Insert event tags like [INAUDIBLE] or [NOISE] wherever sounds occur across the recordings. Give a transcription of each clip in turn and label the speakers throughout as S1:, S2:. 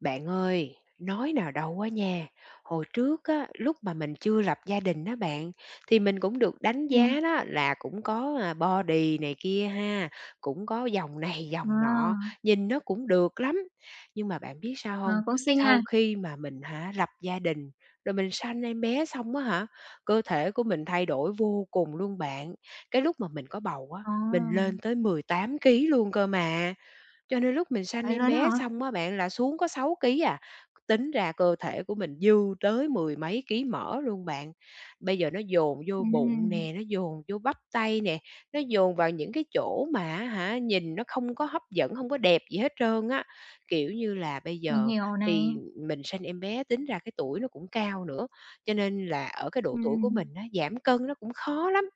S1: Bạn ơi, nói nào đâu á nha, hồi trước á, lúc mà mình chưa lập gia đình đó bạn, thì mình cũng được đánh
S2: Ừm,
S1: giá đó là cũng có body này kia ha, cũng có dòng này [LAUGHS] dòng
S2: à,
S1: nọ, nhìn nó cũng được lắm. Nhưng mà bạn biết sao
S2: ờ,
S1: không?
S2: cũng xinh ha.
S1: Sau khi mà mình lập gia đình, rồi mình sanh em bé xong á hả, cơ thể của mình thay đổi vô cùng luôn bạn. Cái lúc mà mình có bầu á,
S2: Ồ,
S1: mình lên tới 18 ký luôn cơ mà. Cho nên lúc mình sanh
S2: vậy
S1: em
S2: luôn á
S1: bé
S2: hả?
S1: xong á bạn là xuống có 6 ký à, tính ra cơ thể của mình dư tới mười mấy ký mỡ luôn bạn. Bây giờ nó dồn vô bụng
S2: Ừm,
S1: nè, nó dồn vô bắp tay nè, nó dồn vào những cái chỗ mà nhìn nó không có hấp dẫn, không có đẹp gì hết trơn á. Kiểu như là, bây
S2: mình
S1: giờ
S2: hiểu này.
S1: thì mình sanh em bé tính ra cái tuổi nó cũng cao nữa, cho nên là ở cái độ tuổi của mình
S2: Ừm,
S1: á, giảm cân nó cũng khó lắm.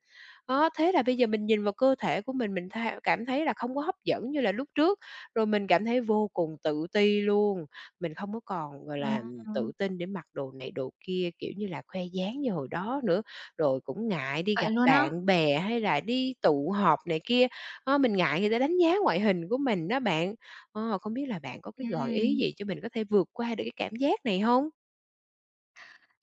S1: Đó, thế là bây giờ mình nhìn vào cơ thể của mình tha cảm thấy là không có hấp dẫn như là lúc trước. Rồi mình cảm thấy vô cùng tự ti luôn, mình không có còn, gọi
S2: ờ,
S1: là, tự tin để mặc đồ này đồ kia, kiểu như là, khoe dáng như hồi đó nữa, rồi cũng ngại đi
S2: vậy
S1: gặp
S2: luôn á?
S1: bạn bè hay là đi tụ họp này kia, ơ, mình ngại người ta đánh giá ngoại hình của mình đó bạn. Ờ, không biết là bạn có cái gợi
S2: Ừm.
S1: ý gì cho mình có thể vượt qua được cái cảm giác này không?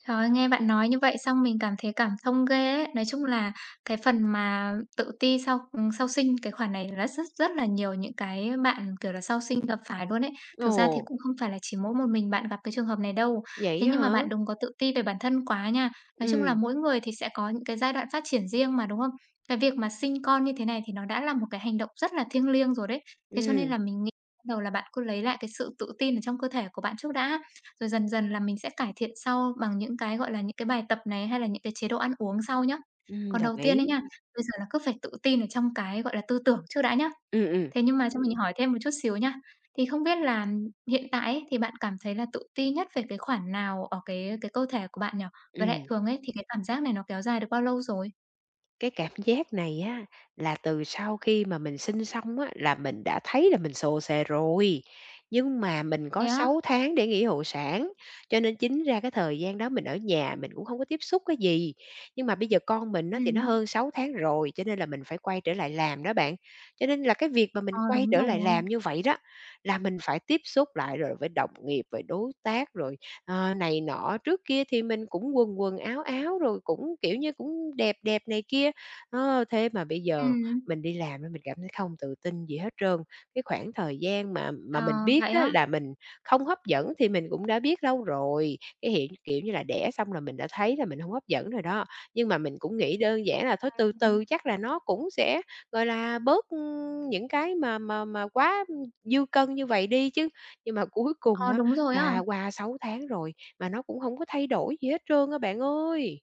S2: Trời ơi, nghe bạn nói như vậy xong mình cảm thấy cảm thông ghê ấy. Nói chung là cái phần mà tự ti sau sau sinh, cái khoản này là rất rất là nhiều những cái bạn, kiểu là, sau sinh gặp phải luôn ấy. Thực ra thì
S1: Ồ,
S2: cũng không phải là chỉ mỗi một mình bạn gặp cái trường hợp này đâu.
S1: vậy
S2: Thế
S1: á
S2: nhưng mà
S1: hả?
S2: bạn đừng có tự ti về bản thân quá nha. Nói chung là
S1: Ừ,
S2: mỗi người thì sẽ có những cái giai đoạn phát triển riêng mà, đúng không? Cái việc mà sinh con như thế này thì nó đã là một cái hành động rất là thiêng liêng rồi đấy. Thế cho nên
S1: ừ,
S2: là mình nghĩ ban đầu là bạn cứ lấy lại cái sự tự tin ở trong cơ thể của bạn trước đã. Rồi dần dần là mình sẽ cải thiện sau bằng những cái, gọi là, những cái bài tập này hay là những cái chế độ ăn uống sau nhá. Còn
S1: đồng
S2: đầu tiên ấy
S1: ý.
S2: nha, bây giờ là cứ phải tự tin ở trong cái, gọi là, tư tưởng trước đã nhá.
S1: Ừ, ừ,
S2: Thế nhưng mà cho mình hỏi thêm một chút xíu nha. Thì không biết là hiện tại ấy, thì bạn cảm thấy là tự ti nhất về cái khoản nào ở cái cơ thể của bạn nhỉ? Với lại
S1: ừ.
S2: thường ấy thì cái cảm giác này nó kéo dài được bao lâu rồi?
S1: Cái cảm giác này á, là từ sau khi mà mình sinh xong á, là mình đã thấy là mình xồ xề rồi, nhưng mà mình
S2: Thế
S1: có
S2: á?
S1: 6 tháng để nghỉ hộ sản, cho nên chính ra cái thời gian đó mình ở nhà mình cũng không có tiếp xúc cái gì. Nhưng mà bây giờ con mình nó thì nó
S2: Ừm.
S1: hơn 6 tháng rồi, cho nên là mình phải quay trở lại làm đó bạn. Cho nên là cái việc mà mình
S2: Ờ,
S1: quay
S2: đúng
S1: trở lại
S2: rồi.
S1: làm như vậy đó, là mình phải tiếp xúc lại rồi với đồng nghiệp, với đối tác, rồi, ờ, này nọ. Trước kia thì mình cũng quần quần áo áo, rồi cũng, kiểu như, cũng đẹp đẹp này kia, Ơ, thế mà bây giờ
S2: Ừm.
S1: mình đi làm á, mình cảm thấy không tự tin gì hết trơn. Cái khoảng thời gian mà mình
S2: Ờ,
S1: biết
S2: vậy
S1: á
S2: á?
S1: là mình không hấp dẫn thì mình cũng đã biết lâu rồi, cái hiện kiểu như là, đẻ xong là mình đã thấy là mình hông hấp dẫn rồi đó. Nhưng mà mình cũng nghĩ đơn giản là thôi từ
S2: Ừm.
S1: từ chắc là nó cũng sẽ, gọi là, bớt, những cái mà quá dư cân như vậy đi chứ. Nhưng mà cuối cùng
S2: Ờ,
S1: á
S2: đúng rồi á.
S1: là qua 6 tháng rồi mà nó cũng hổng có thay đổi gì hết trơn á bạn ơi.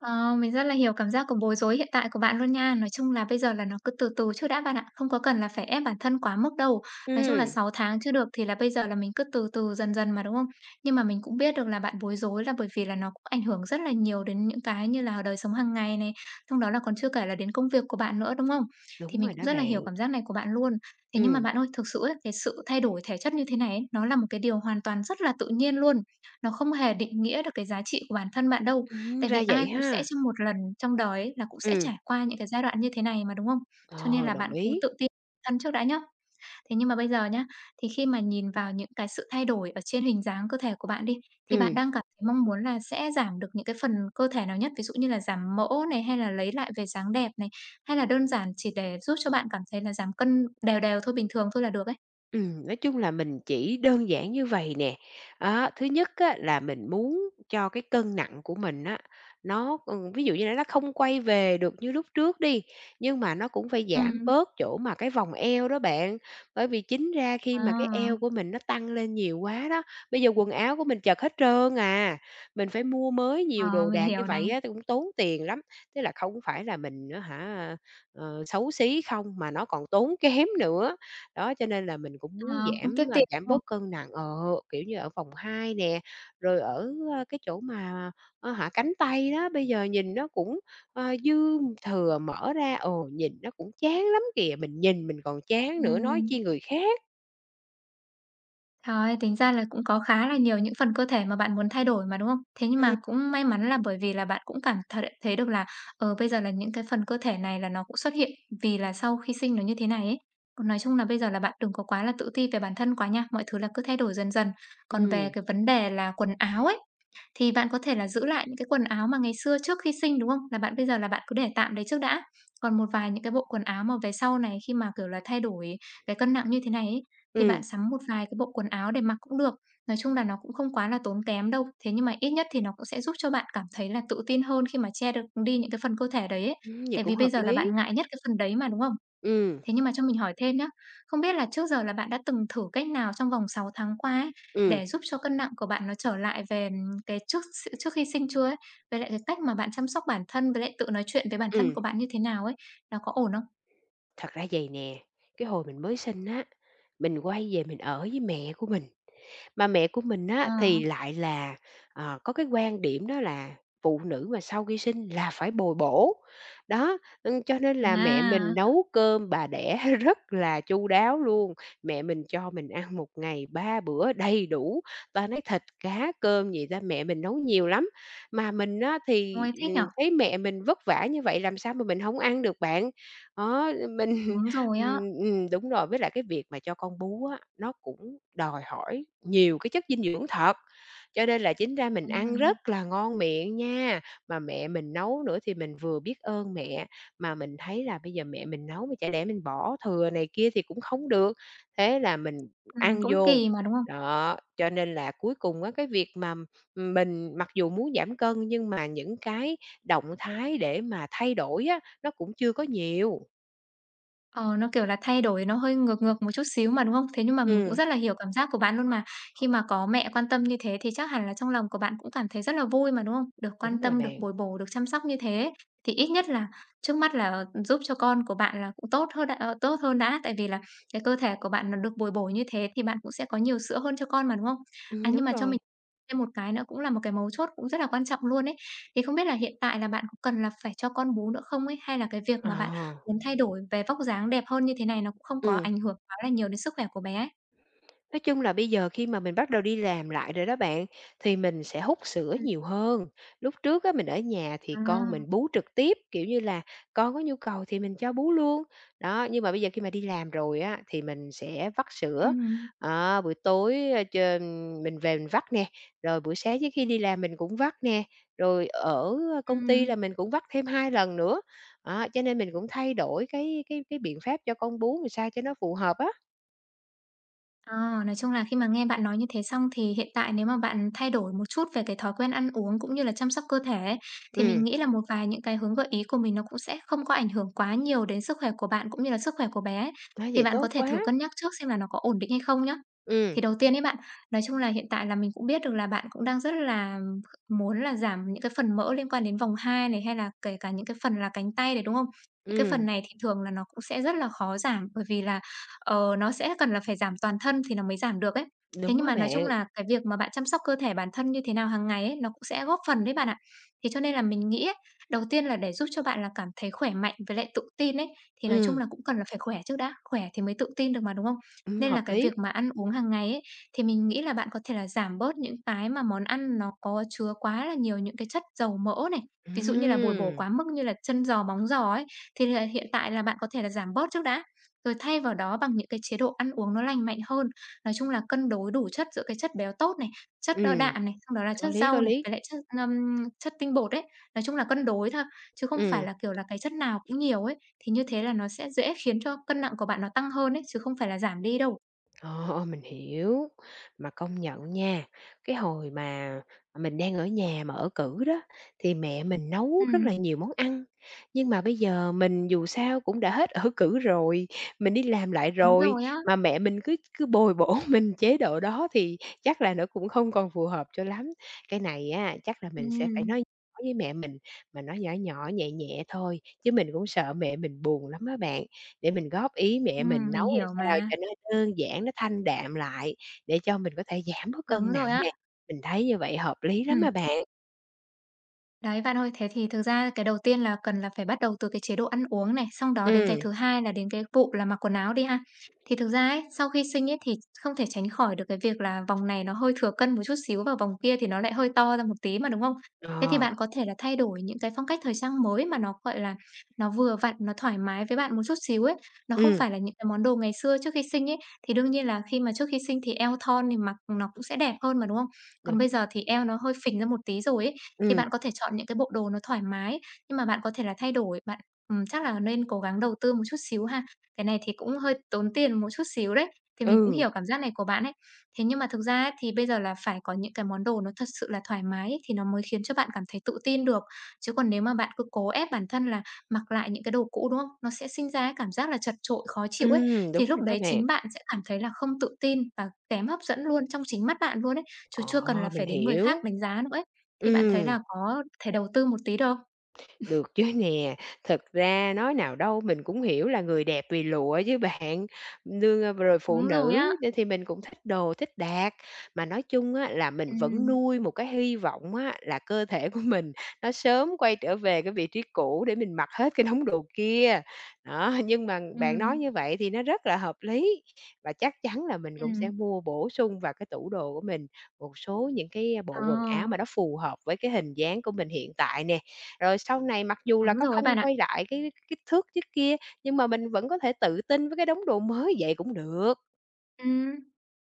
S2: Ờ, mình rất là hiểu cảm giác của bối rối hiện tại của bạn luôn nha. Nói chung là bây giờ là nó cứ từ từ trước đã bạn ạ, không có cần là phải ép bản thân quá mức đâu. Nói chung là
S1: Ừm,
S2: 6 tháng chưa được thì là bây giờ là mình cứ từ từ dần dần mà đúng không? Nhưng mà mình cũng biết được là bạn bối rối là bởi vì là nó cũng ảnh hưởng rất là nhiều đến những cái như là đời sống hàng ngày này, trong đó là còn chưa kể là đến công việc của bạn nữa đúng không? Thì
S1: đúng
S2: mình
S1: rồi
S2: cũng
S1: đó
S2: rất là hiểu
S1: bạn.
S2: cảm giác này của bạn luôn. Thế nhưng mà
S1: Ừm.
S2: bạn ơi, thực sự ấy, cái sự thay đổi thể chất như thế này ấy, nó là một cái điều hoàn toàn rất là tự nhiên luôn. Nó không hề định nghĩa được cái giá trị của bản thân bạn đâu. Tại vì
S1: Ra vậy
S2: ai cũng sẽ
S1: ha.
S2: trong một lần trong đời ấy là cũng sẽ
S1: Ừ,
S2: trải qua những cái giai đoạn như thế này mà, đúng không? Cho nên
S1: ờ,
S2: là
S1: đồng
S2: bạn cứ
S1: ý.
S2: tự tin thân trước đã nhá. Thế nhưng mà bây giờ nhá, thì khi mà nhìn vào những cái sự thay đổi ở trên hình dáng cơ thể của bạn đi, thì bạn
S1: Ừ.
S2: đang cảm thấy mong muốn là sẽ giảm được những cái phần cơ thể nào nhất? Ví dụ như là giảm mỡ này, hay là lấy lại về dáng đẹp này, hay là đơn giản chỉ để giúp cho bạn cảm thấy là giảm cân đều đều thôi, bình thường thôi là được ấy?
S1: Nói chung là mình chỉ đơn giản như vầy nè, á, thứ nhất á là mình muốn cho cái cân nặng của mình á, nó, ví dụ như là nó không quay về được như lúc trước đi, nhưng mà nó cũng phải giảm
S2: Ừm.
S1: bớt chỗ mà cái vòng eo đó bạn. Bởi vì chính ra khi mà cái
S2: À,
S1: eo của mình nó tăng lên nhiều quá đó, bây giờ quần áo của mình chật hết trơn à, mình phải mua mới nhiều
S2: ờ,
S1: đồ
S2: mình
S1: đạc
S2: hiểu
S1: như
S2: này,
S1: vậy á, thì cũng tốn tiền lắm. Tức là không phải là mình á hả, ờ, xấu xí không mà nó còn tốn kém nữa. Đó, cho nên là mình cũng
S2: ờ,
S1: muốn
S2: cũng tiếc
S1: giảm, à,
S2: tiền, đúng
S1: giảm
S2: không?
S1: bớt cân nặng, ờ, kiểu như, ở vòng hai nè, rồi ở, cái chỗ mà, hạ cánh tay đó, bây giờ nhìn nó cũng, dư thừa mỡ ra, ồ, nhìn nó cũng chán lắm kìa, mình nhìn mình còn chán nữa, nói chi
S2: Ừm.
S1: người khác.
S2: Trời, tính ra là cũng có khá là nhiều những phần cơ thể mà bạn muốn thay đổi mà, đúng không? Thế nhưng
S1: Ừm.
S2: mà cũng may mắn là bởi vì là bạn cũng cảm thật thấy được là, ờ, bây giờ là những cái phần cơ thể này là nó cũng xuất hiện vì là sau khi sinh nó như thế này ấy. Còn nói chung là bây giờ là bạn đừng có quá là tự ti về bản thân quá nha, mọi thứ là cứ thay đổi dần dần. Còn về
S1: Ừm,
S2: cái vấn đề là quần áo ấy, thì bạn có thể là giữ lại những cái quần áo mà ngày xưa trước khi sinh, đúng không? Là bạn bây giờ là bạn cứ để tạm đấy trước đã. Còn một vài những cái bộ quần áo mà về sau này khi mà, kiểu là, thay đổi cái cân nặng như thế này ấy, thì bạn
S1: ừm,
S2: sắm một vài cái bộ quần áo để mặc cũng được. Nói chung là nó cũng không quá là tốn kém đâu. Thế nhưng mà ít nhất thì nó cũng sẽ giúp cho bạn cảm thấy là tự tin hơn khi mà che được đi những cái phần cơ thể đấy ấy.
S1: vậy
S2: Tại
S1: cũng
S2: vì bây
S1: hợp
S2: giờ là
S1: lý.
S2: bạn ngại nhất cái phần đấy mà, đúng không?
S1: Ừm,
S2: Thế nhưng mà cho mình hỏi thêm nhé, không biết là trước giờ là bạn đã từng thử cách nào trong vòng 6 tháng qua ấy,
S1: ừm,
S2: để giúp cho cân nặng của bạn nó trở lại về, cái trước khi sinh chưa ấy? Với lại cái cách mà bạn chăm sóc bản thân với lại tự nói chuyện với bản thân
S1: ừm,
S2: của bạn như thế nào ấy, nó có ổn không?
S1: thật ra vậy nè, cái hồi mình mới sinh á, mình quay về mình ở với mẹ của mình. Mà mẹ của mình
S2: Ờ,
S1: á thì lại là, ờ, có cái quan điểm đó là phụ nữ mà sau khi sinh là phải bồi bổ. Đó, cho nên là mẹ mình
S2: à,
S1: nấu cơm bà đẻ [LAUGHS] rất là chu đáo luôn. Mẹ mình cho mình ăn một ngày 3 bữa đầy đủ, toàn lấy thịt, cá, cơm gì ra mẹ mình nấu nhiều lắm. Mà mình á thì,
S2: ôi, thích nhở.
S1: thấy mẹ mình vất vả như vậy làm sao mà mình không ăn được bạn. Đó, mình
S2: Đúng rồi
S1: Ừm,
S2: á.
S1: đúng rồi, với lại cái việc mà cho con bú á, nó cũng đòi hỏi nhiều cái chất dinh dưỡng thật, cho nên là chính ra mình ăn
S2: Ừm,
S1: rất là ngon miệng nha. Mà mẹ mình nấu nữa thì mình vừa biết ơn mẹ, mà mình thấy là bây giờ mẹ mình nấu mà chả lẽ mình bỏ thừa này kia thì cũng không được, thế là mình ăn
S2: cũng
S1: vô.
S2: kỳ mà, đúng không?
S1: Đó, cho nên là cuối cùng á, cái việc mà mình mặc dù muốn giảm cân nhưng mà những cái động thái để mà thay đổi á, nó cũng chưa có nhiều.
S2: Ờ, nó, kiểu là, thay đổi nó hơi ngược ngược một chút xíu mà, đúng không? Thế nhưng mà mình cũng
S1: Ừm.
S2: rất là hiểu cảm giác của bạn luôn mà. Khi mà có mẹ quan tâm như thế thì chắc hẳn là trong lòng của bạn cũng cảm thấy rất là vui mà, đúng không? Được quan
S1: Đúng rồi
S2: tâm, được
S1: bạn.
S2: bồi bổ, được chăm sóc như thế thì ít nhất là trước mắt là ờ, giúp cho con của bạn là cũng tốt hơn đã ờ, tốt hơn đã, tại vì là cái cơ thể của bạn nó được bồi bổ như thế thì bạn cũng sẽ có nhiều sữa hơn cho con mà, đúng không? À, nhưng
S1: Đúng
S2: mà cho mình
S1: rồi.
S2: thêm một cái nữa cũng là một cái mấu chốt cũng rất là quan trọng luôn ấy. Thì không biết là hiện tại là bạn có cần là phải cho con bú nữa không ấy? Hay là cái việc
S1: Ờ,
S2: mà bạn muốn thay đổi về vóc dáng đẹp hơn như thế này nó cũng không có
S1: ừ.
S2: ảnh hưởng quá là nhiều đến sức khỏe của bé.
S1: Nói chung là bây giờ khi mà mình bắt đầu đi làm lại rồi đó bạn, thì mình sẽ hút sữa
S2: Ừm,
S1: nhiều hơn. Lúc trước á, mình ở nhà thì con
S2: à,
S1: mình bú trực tiếp, kiểu như là, con có nhu cầu thì mình cho bú luôn. Đó, nhưng mà bây giờ khi mà đi làm rồi á, thì mình sẽ vắt sữa.
S2: ừm,
S1: Đó, buổi tối, ơ, ch mình về mình vắt nè, rồi buổi sáng trước khi đi làm mình cũng vắt nè, rồi ở công ty
S2: ừm.
S1: là mình cũng vắt thêm 2 lần nữa. Đó, cho nên mình cũng thay đổi cái biện pháp cho con bú làm sao cho nó phù hợp á.
S2: Ờ, nói chung là khi mà nghe bạn nói như thế xong thì hiện tại nếu mà bạn thay đổi một chút về cái thói quen ăn uống cũng như là chăm sóc cơ thể ấy, thì
S1: Ừm,
S2: mình nghĩ là một vài những cái hướng gợi ý của mình nó cũng sẽ không có ảnh hưởng quá nhiều đến sức khỏe của bạn cũng như là sức khỏe của bé.
S1: nói
S2: Thì
S1: vậy
S2: bạn có
S1: tốt
S2: thể thử
S1: quá.
S2: cân nhắc trước xem là nó có ổn định hay không nhá.
S1: Ừm,
S2: Thì đầu tiên ấy bạn, nói chung là hiện tại là mình cũng biết được là bạn cũng đang rất là muốn là giảm những cái phần mỡ liên quan đến vòng hai này, hay là kể cả những cái phần là cánh tay này, đúng không? Những cái
S1: ừm,
S2: phần này thì thường là nó cũng sẽ rất là khó giảm, bởi vì là, ờ, nó sẽ cần là phải giảm toàn thân thì nó mới giảm được ấy. Thế
S1: đúng
S2: nhưng
S1: á
S2: mà nói chung
S1: bạn.
S2: là cái việc mà bạn chăm sóc cơ thể bản thân như thế nào hàng ngày ấy, nó cũng sẽ góp phần đấy bạn ạ. Thì cho nên là mình nghĩ ấy, đầu tiên là để giúp cho bạn là cảm thấy khỏe mạnh với lại tự tin ấy, thì nói chung
S1: Ừm,
S2: là cũng cần là phải khỏe trước đã, khỏe thì mới tự tin được mà, đúng không? Nên là
S1: hợp
S2: cái
S1: lý.
S2: việc mà ăn uống hàng ngày ấy, thì mình nghĩ là bạn có thể là giảm bớt những cái mà món ăn nó có chứa quá là nhiều những cái chất dầu mỡ này. Ví dụ như là bồi bổ
S1: Ừm,
S2: quá mức như là chân giò, móng giò ấy, thì là hiện tại là bạn có thể là giảm bớt trước đã. Rồi thay vào đó bằng những cái chế độ ăn uống nó lành mạnh hơn. Nói chung là cân đối đủ chất giữa cái chất béo tốt này, chất đỡ
S1: ừm,
S2: đạm này, xong đó là
S1: có
S2: chất
S1: lý, có
S2: rau này,
S1: lý.
S2: với lại chất, chất tinh bột ấy. Nói chung là cân đối thôi chứ không phải
S1: Ừm.
S2: là, kiểu là, cái chất nào cũng nhiều ấy, thì như thế là nó sẽ dễ khiến cho cân nặng của bạn nó tăng hơn ấy, chứ không phải là giảm đi đâu.
S1: Ờ, mình hiểu. Mà công nhận nha, cái hồi mà mình đang ở nhà mà ở cữ đó, thì mẹ mình nấu rất là
S2: Ừm,
S1: nhiều món ăn. Nhưng mà bây giờ mình dù sao cũng đã hết ở cữ rồi, mình đi làm lại
S2: đúng
S1: rồi,
S2: rồi á.
S1: mà mẹ mình cứ cứ bồi bổ [LAUGHS] mình chế độ đó thì chắc là nó cũng không còn phù hợp cho lắm. Cái này á, chắc là mình sẽ phải
S2: Ừm,
S1: nói nhỏ với mẹ mình, mà nói nhỏ nhỏ nhẹ nhẹ thôi, chứ mình cũng sợ mẹ mình buồn lắm á bạn. Để mình góp ý mẹ mình
S2: mình
S1: nấu làm
S2: hiểu
S1: sao
S2: mà.
S1: cho nó đơn giản, nó thanh đạm lại để cho mình có thể giảm bớt
S2: Đúng
S1: cân nặng
S2: rồi
S1: nè.
S2: á.
S1: Mình thấy như vậy hợp lý lắm
S2: Ừm.
S1: mà bạn.
S2: Đấy, bạn ơi, thế thì thực ra cái đầu tiên là cần là phải bắt đầu từ cái chế độ ăn uống này, xong đó đến cái
S1: Ừm,
S2: thứ hai là đến cái vụ là mặc quần áo đi ha. Thì thực ra ấy, sau khi sinh ấy thì không thể tránh khỏi được cái việc là vòng này nó hơi thừa cân một chút xíu và vòng kia thì nó lại hơi to ra một tí mà, đúng không? Thế thì
S1: ờ,
S2: bạn có thể là thay đổi những cái phong cách thời trang mới mà nó, gọi là, nó vừa vặn, nó thoải mái với bạn một chút xíu ấy. Nó không
S1: ừm,
S2: phải là những cái món đồ ngày xưa trước khi sinh ấy, thì đương nhiên là khi mà trước khi sinh thì eo thon thì mặc nó cũng sẽ đẹp hơn mà, đúng không? Còn
S1: đúng,
S2: bây giờ thì eo nó hơi phình ra một tí rồi ấy, thì
S1: ừm,
S2: bạn có thể chọn những cái bộ đồ nó thoải mái, nhưng mà bạn có thể là thay đổi, bạn, chắc là nên cố gắng đầu tư một chút xíu ha. Cái này thì cũng hơi tốn tiền một chút xíu đấy, thì mình cũng
S1: ừ,
S2: hiểu cảm giác này của bạn ấy. Thế nhưng mà thực ra ấy, thì bây giờ là phải có những cái món đồ nó thật sự là thoải mái ấy, thì nó mới khiến cho bạn cảm thấy tự tin được. Chứ còn nếu mà bạn cứ cố ép bản thân là mặc lại những cái đồ cũ, đúng không? Nó sẽ sinh ra cái cảm giác là chật chội, khó chịu ấy, thì
S1: đúng
S2: lúc
S1: rồi đó
S2: đấy
S1: bạn.
S2: chính bạn sẽ cảm thấy là không tự tin và kém hấp dẫn luôn trong chính mắt bạn luôn ấy, chứ chưa cần là
S1: Ờ,
S2: phải
S1: mình
S2: đến người
S1: hiểu,
S2: khác đánh giá nữa ấy. Thì bạn thấy
S1: ừm.
S2: là có thể đầu tư một tí được, không?
S1: Được chứ nè, thật ra nói nào đâu mình cũng hiểu là người đẹp vì lụa chứ bạn, nương rồi phụ
S2: Đúng rồi
S1: nữ
S2: á.
S1: nên thì mình cũng thích đồ, thích đạt. Mà nói chung á, là mình vẫn
S2: Ừm,
S1: nuôi một cái hy vọng á, là cơ thể của [LAUGHS] mình nó sớm quay trở về cái vị trí cũ để mình mặc hết cái đống đồ kia. Đó, nhưng mà bạn nói
S2: ừm,
S1: như vậy thì nó rất là hợp lý và chắc chắn là mình cũng
S2: ừm.
S1: sẽ mua bổ sung vào cái tủ đồ của mình một số những cái ờ,
S2: Ờ,
S1: bộ quần áo mà nó phù hợp với cái hình dáng của mình hiện tại nè. Rồi sau này mặc dù
S2: đúng
S1: là có
S2: rồi ấy bạn
S1: không
S2: ạ.
S1: quay lại cái thước trước kia, nhưng mà mình vẫn có thể tự tin với cái đống đồ mới vậy cũng được.
S2: Ừm,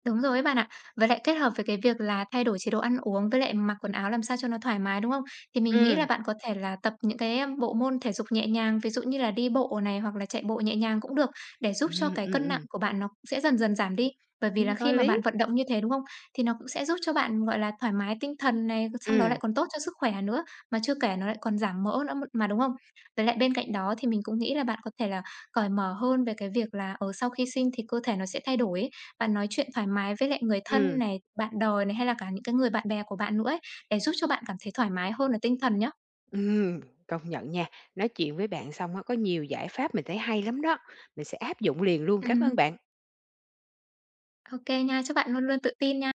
S2: đúng rồi ấy bạn ạ. Với lại kết hợp với cái việc là thay đổi chế độ ăn uống với lại mặc quần áo làm sao cho nó thoải mái, đúng không? Thì mình nghĩ
S1: Ừm,
S2: là bạn có thể là tập những cái, bộ môn thể dục nhẹ nhàng, ví dụ như là đi bộ này, hoặc là chạy bộ nhẹ nhàng cũng được, để giúp cho
S1: ừm,
S2: cái
S1: ừm,
S2: cân nặng
S1: ừm,
S2: của bạn nó sẽ dần dần giảm đi. Bởi vì là
S1: đúng, có
S2: khi mà bạn
S1: lý.
S2: vận động như thế, đúng không? Thì nó cũng sẽ giúp cho bạn, gọi là, thoải mái tinh thần này, xong đó
S1: Ừm,
S2: lại còn tốt cho sức khỏe nữa, mà chưa kể nó lại còn giảm mỡ nữa mà, đúng không? Với lại bên cạnh đó thì mình cũng nghĩ là bạn có thể là cởi mở hơn về cái việc là, ở sau khi sinh thì cơ thể nó sẽ thay đổi ấy, và nói chuyện thoải mái với lại người thân
S1: ừm,
S2: này, bạn đời này, hay là cả những cái người bạn bè của bạn nữa ấy, để giúp cho bạn cảm thấy thoải mái hơn về tinh thần nhá.
S1: ừm, công nhận nha. Nói chuyện với bạn xong á, có nhiều giải pháp mình thấy hay lắm đó, mình sẽ áp dụng liền luôn. Cảm ơn
S2: Ừm,
S1: bạn.
S2: ô kê nha, chúc bạn luôn luôn tự tin nha.